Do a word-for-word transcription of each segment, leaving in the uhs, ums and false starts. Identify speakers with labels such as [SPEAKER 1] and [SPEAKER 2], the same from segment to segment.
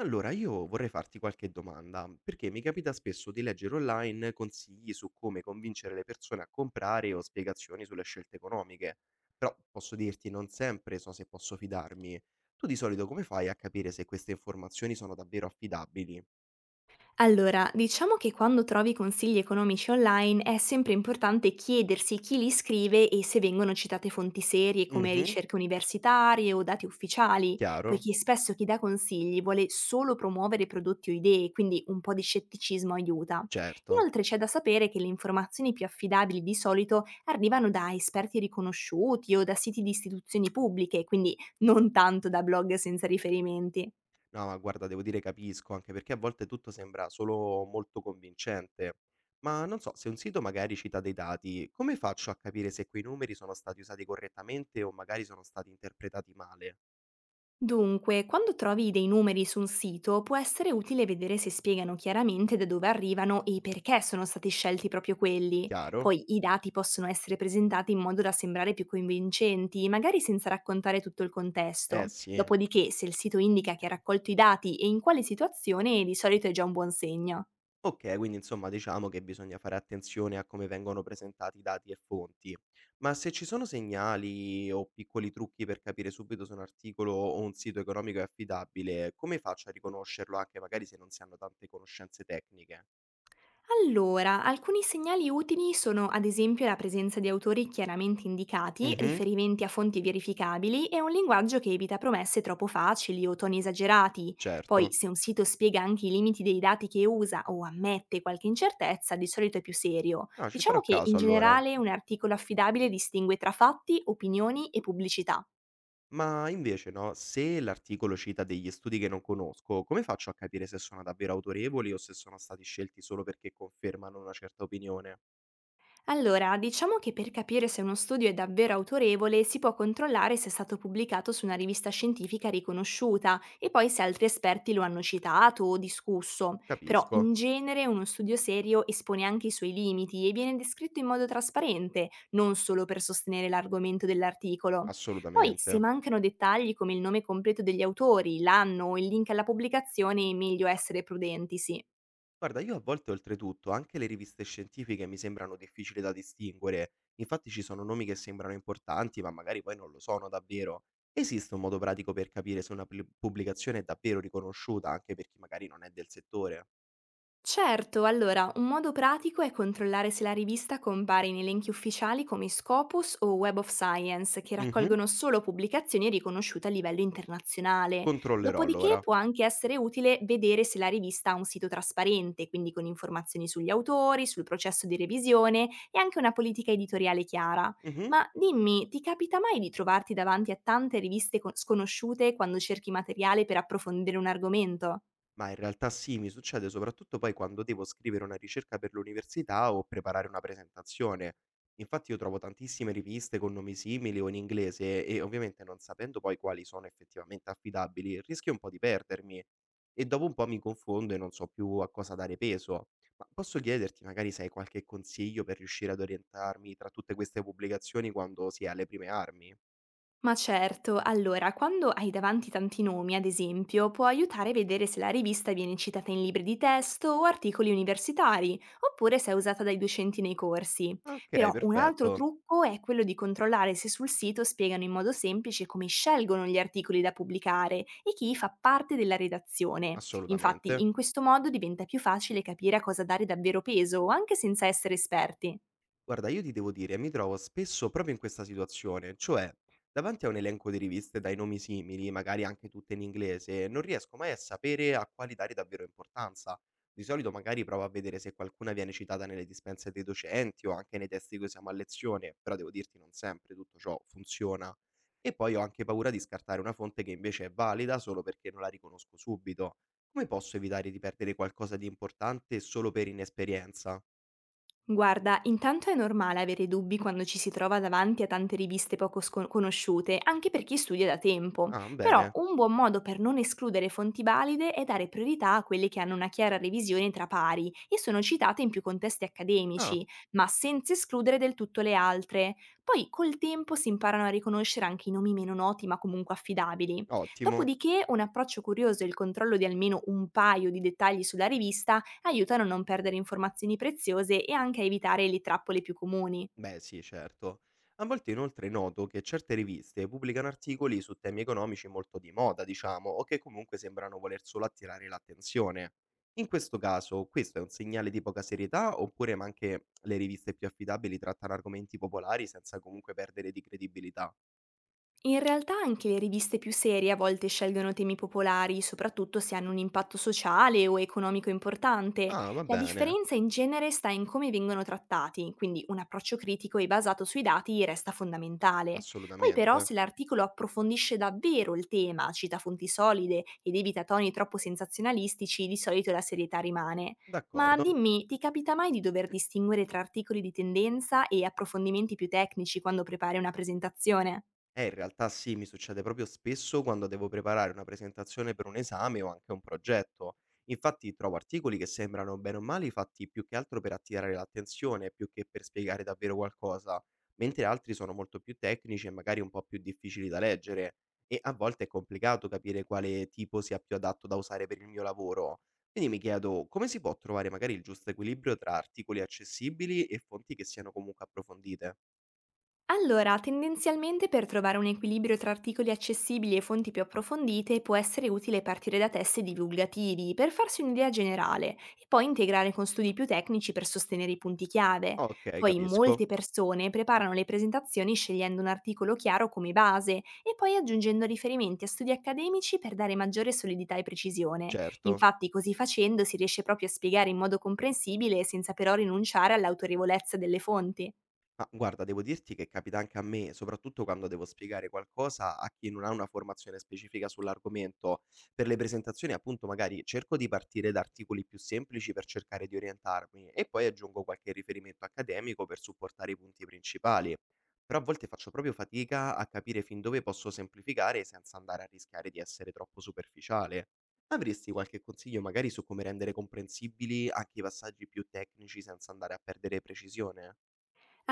[SPEAKER 1] Allora, io vorrei farti qualche domanda, perché mi capita spesso di leggere online consigli su come convincere le persone a comprare o spiegazioni sulle scelte economiche, però posso dirti non sempre so se posso fidarmi. Tu di solito come fai a capire se queste informazioni sono davvero affidabili?
[SPEAKER 2] Allora, diciamo che quando trovi consigli economici online è sempre importante chiedersi chi li scrive e se vengono citate fonti serie come
[SPEAKER 1] Mhm,
[SPEAKER 2] ricerche universitarie o dati ufficiali,
[SPEAKER 1] chiaro,
[SPEAKER 2] poiché spesso chi dà consigli vuole solo promuovere prodotti o idee, quindi un po' di scetticismo aiuta.
[SPEAKER 1] certo.
[SPEAKER 2] Inoltre c'è da sapere che le informazioni più affidabili di solito arrivano da esperti riconosciuti o da siti di istituzioni pubbliche, quindi non tanto da blog senza riferimenti.
[SPEAKER 1] No, ma guarda, devo dire capisco, anche perché a volte tutto sembra solo molto convincente. Ma non so, se un sito magari cita dei dati, come faccio a capire se quei numeri sono stati usati correttamente o magari sono stati interpretati male?
[SPEAKER 2] Dunque, quando trovi dei numeri su un sito, può essere utile vedere se spiegano chiaramente da dove arrivano e perché sono stati scelti proprio quelli.
[SPEAKER 1] Chiaro?
[SPEAKER 2] Poi i dati possono essere presentati in modo da sembrare più convincenti, magari senza raccontare tutto il
[SPEAKER 1] Eh
[SPEAKER 2] contesto.
[SPEAKER 1] sì.
[SPEAKER 2] Dopodiché, se il sito indica che ha raccolto i dati e in quale situazione, di solito è già un buon segno.
[SPEAKER 1] Ok, quindi insomma diciamo che bisogna fare attenzione a come vengono presentati dati e fonti. Ma se ci sono segnali o piccoli trucchi per capire subito se un articolo o un sito economico è affidabile, come faccio a riconoscerlo anche magari se non si hanno tante conoscenze tecniche?
[SPEAKER 2] Allora, alcuni segnali utili sono ad esempio la presenza di autori chiaramente indicati,
[SPEAKER 1] Mh-mh,
[SPEAKER 2] riferimenti a fonti verificabili e un linguaggio che evita promesse troppo facili o toni esagerati. Poi,
[SPEAKER 1] certo.
[SPEAKER 2] se un sito spiega anche i limiti dei dati che usa o ammette qualche incertezza, di solito è più serio.
[SPEAKER 1] No, ci
[SPEAKER 2] Diciamo
[SPEAKER 1] farò
[SPEAKER 2] che in
[SPEAKER 1] caso allora.
[SPEAKER 2] generale un articolo affidabile distingue tra fatti, opinioni e pubblicità.
[SPEAKER 1] Ma invece no, se l'articolo cita degli studi che non conosco, come faccio a capire se sono davvero autorevoli o se sono stati scelti solo perché confermano una certa opinione?
[SPEAKER 2] Allora, diciamo che per capire se uno studio è davvero autorevole si può controllare se è stato pubblicato su una rivista scientifica riconosciuta e poi se altri esperti lo hanno citato o discusso. Però in
[SPEAKER 1] Capisco,
[SPEAKER 2] genere uno studio serio espone anche i suoi limiti e viene descritto in modo trasparente, non solo per sostenere l'argomento dell'articolo. Poi se
[SPEAKER 1] assolutamente.
[SPEAKER 2] mancano dettagli come il nome completo degli autori, l'anno o il link alla pubblicazione, è meglio essere prudenti, sì.
[SPEAKER 1] Guarda, io a volte oltretutto anche le riviste scientifiche mi sembrano difficili da distinguere. Infatti ci sono nomi che sembrano importanti, ma magari poi non lo sono davvero. Esiste un modo pratico per capire se una pli pubblicazione è davvero riconosciuta anche per chi magari non è del settore?
[SPEAKER 2] Certo, allora, un modo pratico è controllare se la rivista compare in elenchi ufficiali come Scopus o Web of Science, che
[SPEAKER 1] Mh-mh.
[SPEAKER 2] raccolgono solo pubblicazioni riconosciute a livello internazionale.
[SPEAKER 1] Controllerò
[SPEAKER 2] Dopodiché
[SPEAKER 1] allora.
[SPEAKER 2] può anche essere utile vedere se la rivista ha un sito trasparente, quindi con informazioni sugli autori, sul processo di revisione e anche una politica editoriale chiara.
[SPEAKER 1] Mh-mh.
[SPEAKER 2] Ma dimmi, ti capita mai di trovarti davanti a tante riviste co- sconosciute quando cerchi materiale per approfondire un argomento?
[SPEAKER 1] Ma in realtà sì, mi succede soprattutto poi quando devo scrivere una ricerca per l'università o preparare una presentazione. Infatti io trovo tantissime riviste con nomi simili o in inglese e ovviamente non sapendo poi quali sono effettivamente affidabili, rischio un po' di perdermi e dopo un po' mi confondo e non so più a cosa dare peso. Ma posso chiederti magari se hai qualche consiglio per riuscire ad orientarmi tra tutte queste pubblicazioni quando si è alle prime armi?
[SPEAKER 2] Ma certo, allora, quando hai davanti tanti nomi, ad esempio, può aiutare a vedere se la rivista viene citata in libri di testo o articoli universitari, oppure se è usata dai docenti nei corsi.
[SPEAKER 1] Ah, okay,
[SPEAKER 2] Però un altro
[SPEAKER 1] perfetto.
[SPEAKER 2] trucco è quello di controllare se sul sito spiegano in modo semplice come scelgono gli articoli da pubblicare e chi fa parte della redazione. Infatti,
[SPEAKER 1] Assolutamente.
[SPEAKER 2] in questo modo diventa più facile capire a cosa dare davvero peso, anche senza essere esperti.
[SPEAKER 1] Guarda, io ti devo dire, mi trovo spesso proprio in questa situazione, cioè davanti a un elenco di riviste dai nomi simili, magari anche tutte in inglese, non riesco mai a sapere a quali dare davvero importanza. Di solito magari provo a vedere se qualcuna viene citata nelle dispense dei docenti o anche nei testi che usiamo a lezione, però devo dirti non sempre tutto ciò funziona. E poi ho anche paura di scartare una fonte che invece è valida solo perché non la riconosco subito. Come posso evitare di perdere qualcosa di importante solo per inesperienza?
[SPEAKER 2] Guarda, intanto è normale avere dubbi quando ci si trova davanti a tante riviste poco scon- conosciute, anche per chi studia da tempo.
[SPEAKER 1] Ah,
[SPEAKER 2] Però
[SPEAKER 1] bene.
[SPEAKER 2] un buon modo per non escludere fonti valide è dare priorità a quelle che hanno una chiara revisione tra pari e sono citate in più contesti
[SPEAKER 1] Ah.
[SPEAKER 2] accademici, ma senza escludere del tutto le altre. Poi col tempo si imparano a riconoscere anche i nomi meno noti ma comunque affidabili.
[SPEAKER 1] Ottimo.
[SPEAKER 2] Dopodiché un approccio curioso e il controllo di almeno un paio di dettagli sulla rivista aiutano a non perdere informazioni preziose e anche a evitare le trappole più comuni.
[SPEAKER 1] Beh, sì, certo. A volte inoltre noto che certe riviste pubblicano articoli su temi economici molto di moda, diciamo, o che comunque sembrano voler solo attirare l'attenzione. In questo caso, questo è un segnale di poca serietà, oppure ma anche le riviste più affidabili trattano argomenti popolari senza comunque perdere di credibilità?
[SPEAKER 2] In realtà anche le riviste più serie a volte scelgono temi popolari, soprattutto se hanno un impatto sociale o economico importante.
[SPEAKER 1] Ah, va
[SPEAKER 2] La
[SPEAKER 1] bene,
[SPEAKER 2] differenza in genere sta in come vengono trattati, quindi un approccio critico e basato sui dati resta fondamentale. Poi però
[SPEAKER 1] assolutamente.
[SPEAKER 2] se l'articolo approfondisce davvero il tema, cita fonti solide ed evita toni troppo sensazionalistici, di solito la serietà rimane. Ma
[SPEAKER 1] D'accordo.
[SPEAKER 2] dimmi, ti capita mai di dover distinguere tra articoli di tendenza e approfondimenti più tecnici quando prepari una presentazione?
[SPEAKER 1] Eh, in realtà sì, mi succede proprio spesso quando devo preparare una presentazione per un esame o anche un progetto. Infatti trovo articoli che sembrano bene o male fatti più che altro per attirare l'attenzione, più che per spiegare davvero qualcosa, mentre altri sono molto più tecnici e magari un po' più difficili da leggere e a volte è complicato capire quale tipo sia più adatto da usare per il mio lavoro. Quindi mi chiedo come si può trovare magari il giusto equilibrio tra articoli accessibili e fonti che siano comunque approfondite.
[SPEAKER 2] Allora, tendenzialmente per trovare un equilibrio tra articoli accessibili e fonti più approfondite può essere utile partire da testi divulgativi per farsi un'idea generale e poi integrare con studi più tecnici per sostenere i punti chiave.
[SPEAKER 1] Ok,
[SPEAKER 2] Poi molte
[SPEAKER 1] capisco.
[SPEAKER 2] persone preparano le presentazioni scegliendo un articolo chiaro come base e poi aggiungendo riferimenti a studi accademici per dare maggiore solidità e precisione.
[SPEAKER 1] Certo.
[SPEAKER 2] Infatti così facendo si riesce proprio a spiegare in modo comprensibile senza però rinunciare all'autorevolezza delle fonti.
[SPEAKER 1] Ma guarda, devo dirti che capita anche a me, soprattutto quando devo spiegare qualcosa a chi non ha una formazione specifica sull'argomento. Per le presentazioni, appunto, magari cerco di partire da articoli più semplici per cercare di orientarmi e poi aggiungo qualche riferimento accademico per supportare i punti principali. Però a volte faccio proprio fatica a capire fin dove posso semplificare senza andare a rischiare di essere troppo superficiale. Avresti qualche consiglio magari su come rendere comprensibili anche i passaggi più tecnici senza andare a perdere precisione?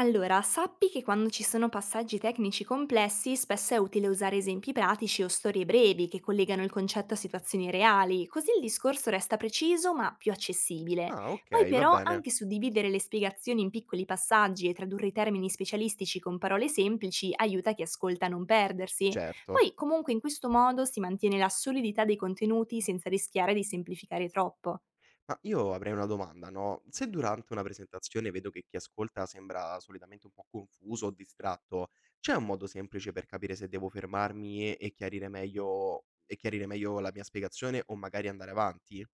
[SPEAKER 2] Allora, sappi che quando ci sono passaggi tecnici complessi, spesso è utile usare esempi pratici o storie brevi che collegano il concetto a situazioni reali, così il discorso resta preciso ma più accessibile.
[SPEAKER 1] Ah,
[SPEAKER 2] Poi
[SPEAKER 1] okay, va
[SPEAKER 2] però
[SPEAKER 1] bene,
[SPEAKER 2] anche suddividere le spiegazioni in piccoli passaggi e tradurre i termini specialistici con parole semplici aiuta chi ascolta a non perdersi.
[SPEAKER 1] certo.
[SPEAKER 2] Poi comunque in questo modo si mantiene la solidità dei contenuti senza rischiare di semplificare troppo.
[SPEAKER 1] Ma io avrei una domanda, no, se durante una presentazione vedo che chi ascolta sembra solitamente un po' confuso o distratto, c'è un modo semplice per capire se devo fermarmi e e chiarire meglio e chiarire meglio la mia spiegazione o magari andare avanti?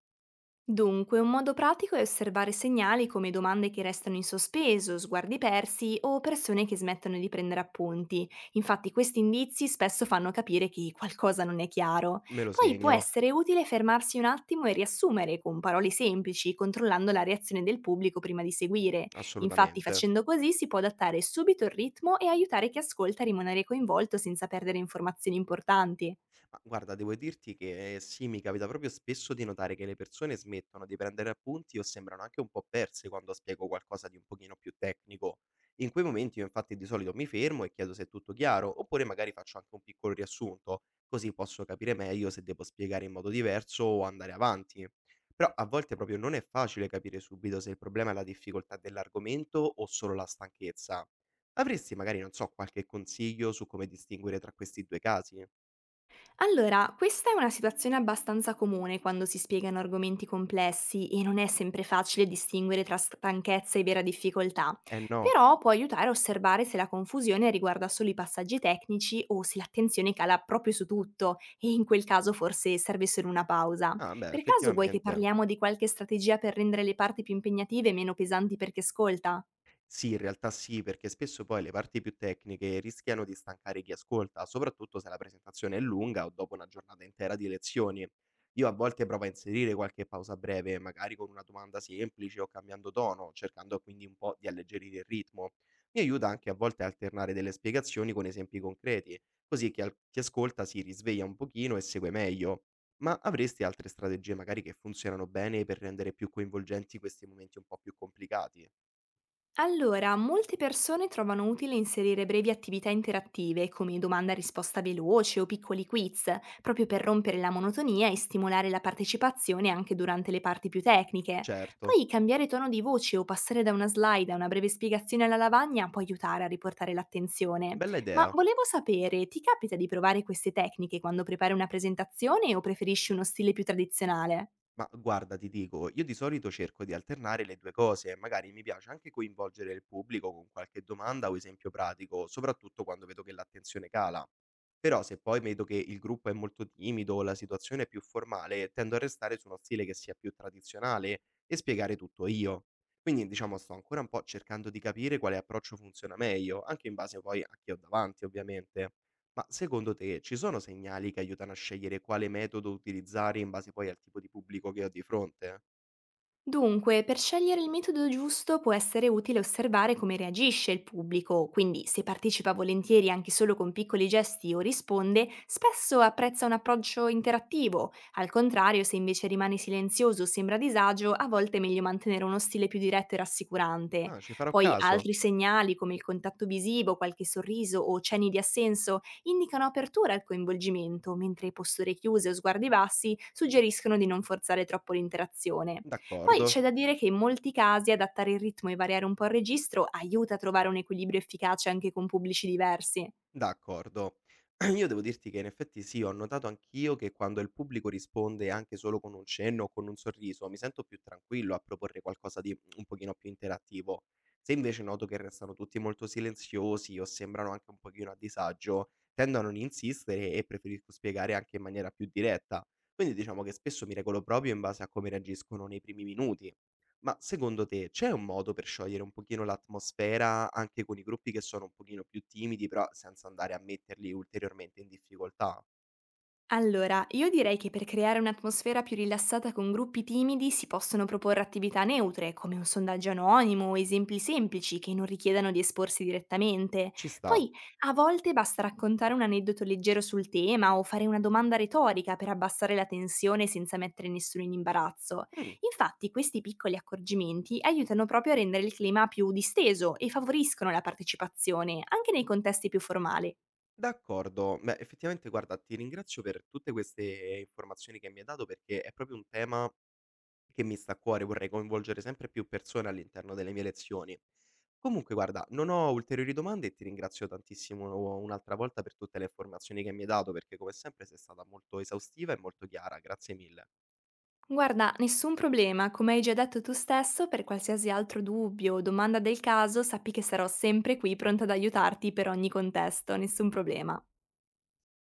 [SPEAKER 2] Dunque, un modo pratico è osservare segnali come domande che restano in sospeso, sguardi persi o persone che smettono di prendere appunti. Infatti questi indizi spesso fanno capire che qualcosa non è chiaro.
[SPEAKER 1] Me lo
[SPEAKER 2] Poi può
[SPEAKER 1] segno,
[SPEAKER 2] essere utile fermarsi un attimo e riassumere con parole semplici, controllando la reazione del pubblico prima di seguire. Infatti
[SPEAKER 1] assolutamente.
[SPEAKER 2] facendo così si può adattare subito il ritmo e aiutare chi ascolta a rimanere coinvolto senza perdere informazioni importanti.
[SPEAKER 1] Ma guarda, devo dirti che sì, mi capita proprio spesso di notare che le persone smettono di prendere appunti o sembrano anche un po' perse quando spiego qualcosa di un pochino più tecnico. In quei momenti io infatti di solito mi fermo e chiedo se è tutto chiaro, oppure magari faccio anche un piccolo riassunto, così posso capire meglio se devo spiegare in modo diverso o andare avanti. Però a volte proprio non è facile capire subito se il problema è la difficoltà dell'argomento o solo la stanchezza. Avresti magari, non so, qualche consiglio su come distinguere tra questi due casi?
[SPEAKER 2] Allora, questa è una situazione abbastanza comune quando si spiegano argomenti complessi e non è sempre facile distinguere tra stanchezza e vera difficoltà,
[SPEAKER 1] Eh no.
[SPEAKER 2] però può aiutare a osservare se la confusione riguarda solo i passaggi tecnici o se l'attenzione cala proprio su tutto e in quel caso forse serve solo una pausa.
[SPEAKER 1] Ah beh,
[SPEAKER 2] Per caso vuoi che
[SPEAKER 1] effettivamente.
[SPEAKER 2] parliamo di qualche strategia per rendere le parti più impegnative e meno pesanti per chi ascolta?
[SPEAKER 1] Sì, in realtà sì, perché spesso poi le parti più tecniche rischiano di stancare chi ascolta, soprattutto se la presentazione è lunga o dopo una giornata intera di lezioni. Io a volte provo a inserire qualche pausa breve, magari con una domanda semplice o cambiando tono, cercando quindi un po' di alleggerire il ritmo. Mi aiuta anche a volte a alternare delle spiegazioni con esempi concreti, così che al- chi ascolta si risveglia un pochino e segue meglio. Ma avresti altre strategie magari che funzionano bene per rendere più coinvolgenti questi momenti un po' più complicati?
[SPEAKER 2] Allora, molte persone trovano utile inserire brevi attività interattive come domanda-risposta veloce o piccoli quiz, proprio per rompere la monotonia e stimolare la partecipazione anche durante le parti più tecniche.
[SPEAKER 1] Certo.
[SPEAKER 2] Poi cambiare tono di voce o passare da una slide a una breve spiegazione alla lavagna può aiutare a riportare l'attenzione.
[SPEAKER 1] Bella
[SPEAKER 2] Ma
[SPEAKER 1] idea,
[SPEAKER 2] volevo sapere, ti capita di provare queste tecniche quando prepari una presentazione o preferisci uno stile più tradizionale?
[SPEAKER 1] ma guarda, ti dico, io di solito cerco di alternare le due cose, magari mi piace anche coinvolgere il pubblico con qualche domanda o esempio pratico, soprattutto quando vedo che l'attenzione cala. Però se poi vedo che il gruppo è molto timido o la situazione è più formale, tendo a restare su uno stile che sia più tradizionale e spiegare tutto io. Quindi diciamo sto ancora un po' cercando di capire quale approccio funziona meglio, anche in base poi a chi ho davanti, ovviamente. Ma secondo te ci sono segnali che aiutano a scegliere quale metodo utilizzare in base poi al tipo di pubblico che ho di fronte?
[SPEAKER 2] Dunque, per scegliere il metodo giusto può essere utile osservare come reagisce il pubblico, quindi se partecipa volentieri anche solo con piccoli gesti o risponde, spesso apprezza un approccio interattivo. Al contrario, se invece rimane silenzioso o sembra a disagio, a volte è meglio mantenere uno stile più diretto e rassicurante.
[SPEAKER 1] Ah, ci farò
[SPEAKER 2] Poi
[SPEAKER 1] caso.
[SPEAKER 2] altri segnali come il contatto visivo, qualche sorriso o cenni di assenso indicano apertura al coinvolgimento, mentre posture chiuse o sguardi bassi suggeriscono di non forzare troppo l'interazione. Poi c'è
[SPEAKER 1] D'accordo.
[SPEAKER 2] da dire che in molti casi adattare il ritmo e variare un po' il registro aiuta a trovare un equilibrio efficace anche con pubblici diversi.
[SPEAKER 1] D'accordo. Io devo dirti che in effetti sì, ho notato anch'io che quando il pubblico risponde anche solo con un cenno o con un sorriso, mi sento più tranquillo a proporre qualcosa di un pochino più interattivo. Se invece noto che restano tutti molto silenziosi o sembrano anche un pochino a disagio, tendo a non insistere e preferisco spiegare anche in maniera più diretta. Quindi diciamo che spesso mi regolo proprio in base a come reagiscono nei primi minuti. Ma secondo te c'è un modo per sciogliere un pochino l'atmosfera anche con i gruppi che sono un pochino più timidi, però senza andare a metterli ulteriormente in difficoltà?
[SPEAKER 2] Allora, io direi che per creare un'atmosfera più rilassata con gruppi timidi si possono proporre attività neutre, come un sondaggio anonimo o esempi semplici che non richiedano di esporsi direttamente.
[SPEAKER 1] Ci sta.
[SPEAKER 2] Poi, a volte basta raccontare un aneddoto leggero sul tema o fare una domanda retorica per abbassare la tensione senza mettere nessuno in imbarazzo.
[SPEAKER 1] Mh,
[SPEAKER 2] Infatti, questi piccoli accorgimenti aiutano proprio a rendere il clima più disteso e favoriscono la partecipazione, anche nei contesti più formali.
[SPEAKER 1] d'accordo. Beh, effettivamente guarda, ti ringrazio per tutte queste informazioni che mi hai dato perché è proprio un tema che mi sta a cuore, vorrei coinvolgere sempre più persone all'interno delle mie lezioni. Comunque guarda, non ho ulteriori domande e ti ringrazio tantissimo un'altra volta per tutte le informazioni che mi hai dato perché come sempre sei stata molto esaustiva e molto chiara, grazie mille.
[SPEAKER 2] Guarda, nessun problema, come hai già detto tu stesso, per qualsiasi altro dubbio o domanda del caso, sappi che sarò sempre qui pronta ad aiutarti per ogni contesto, nessun problema.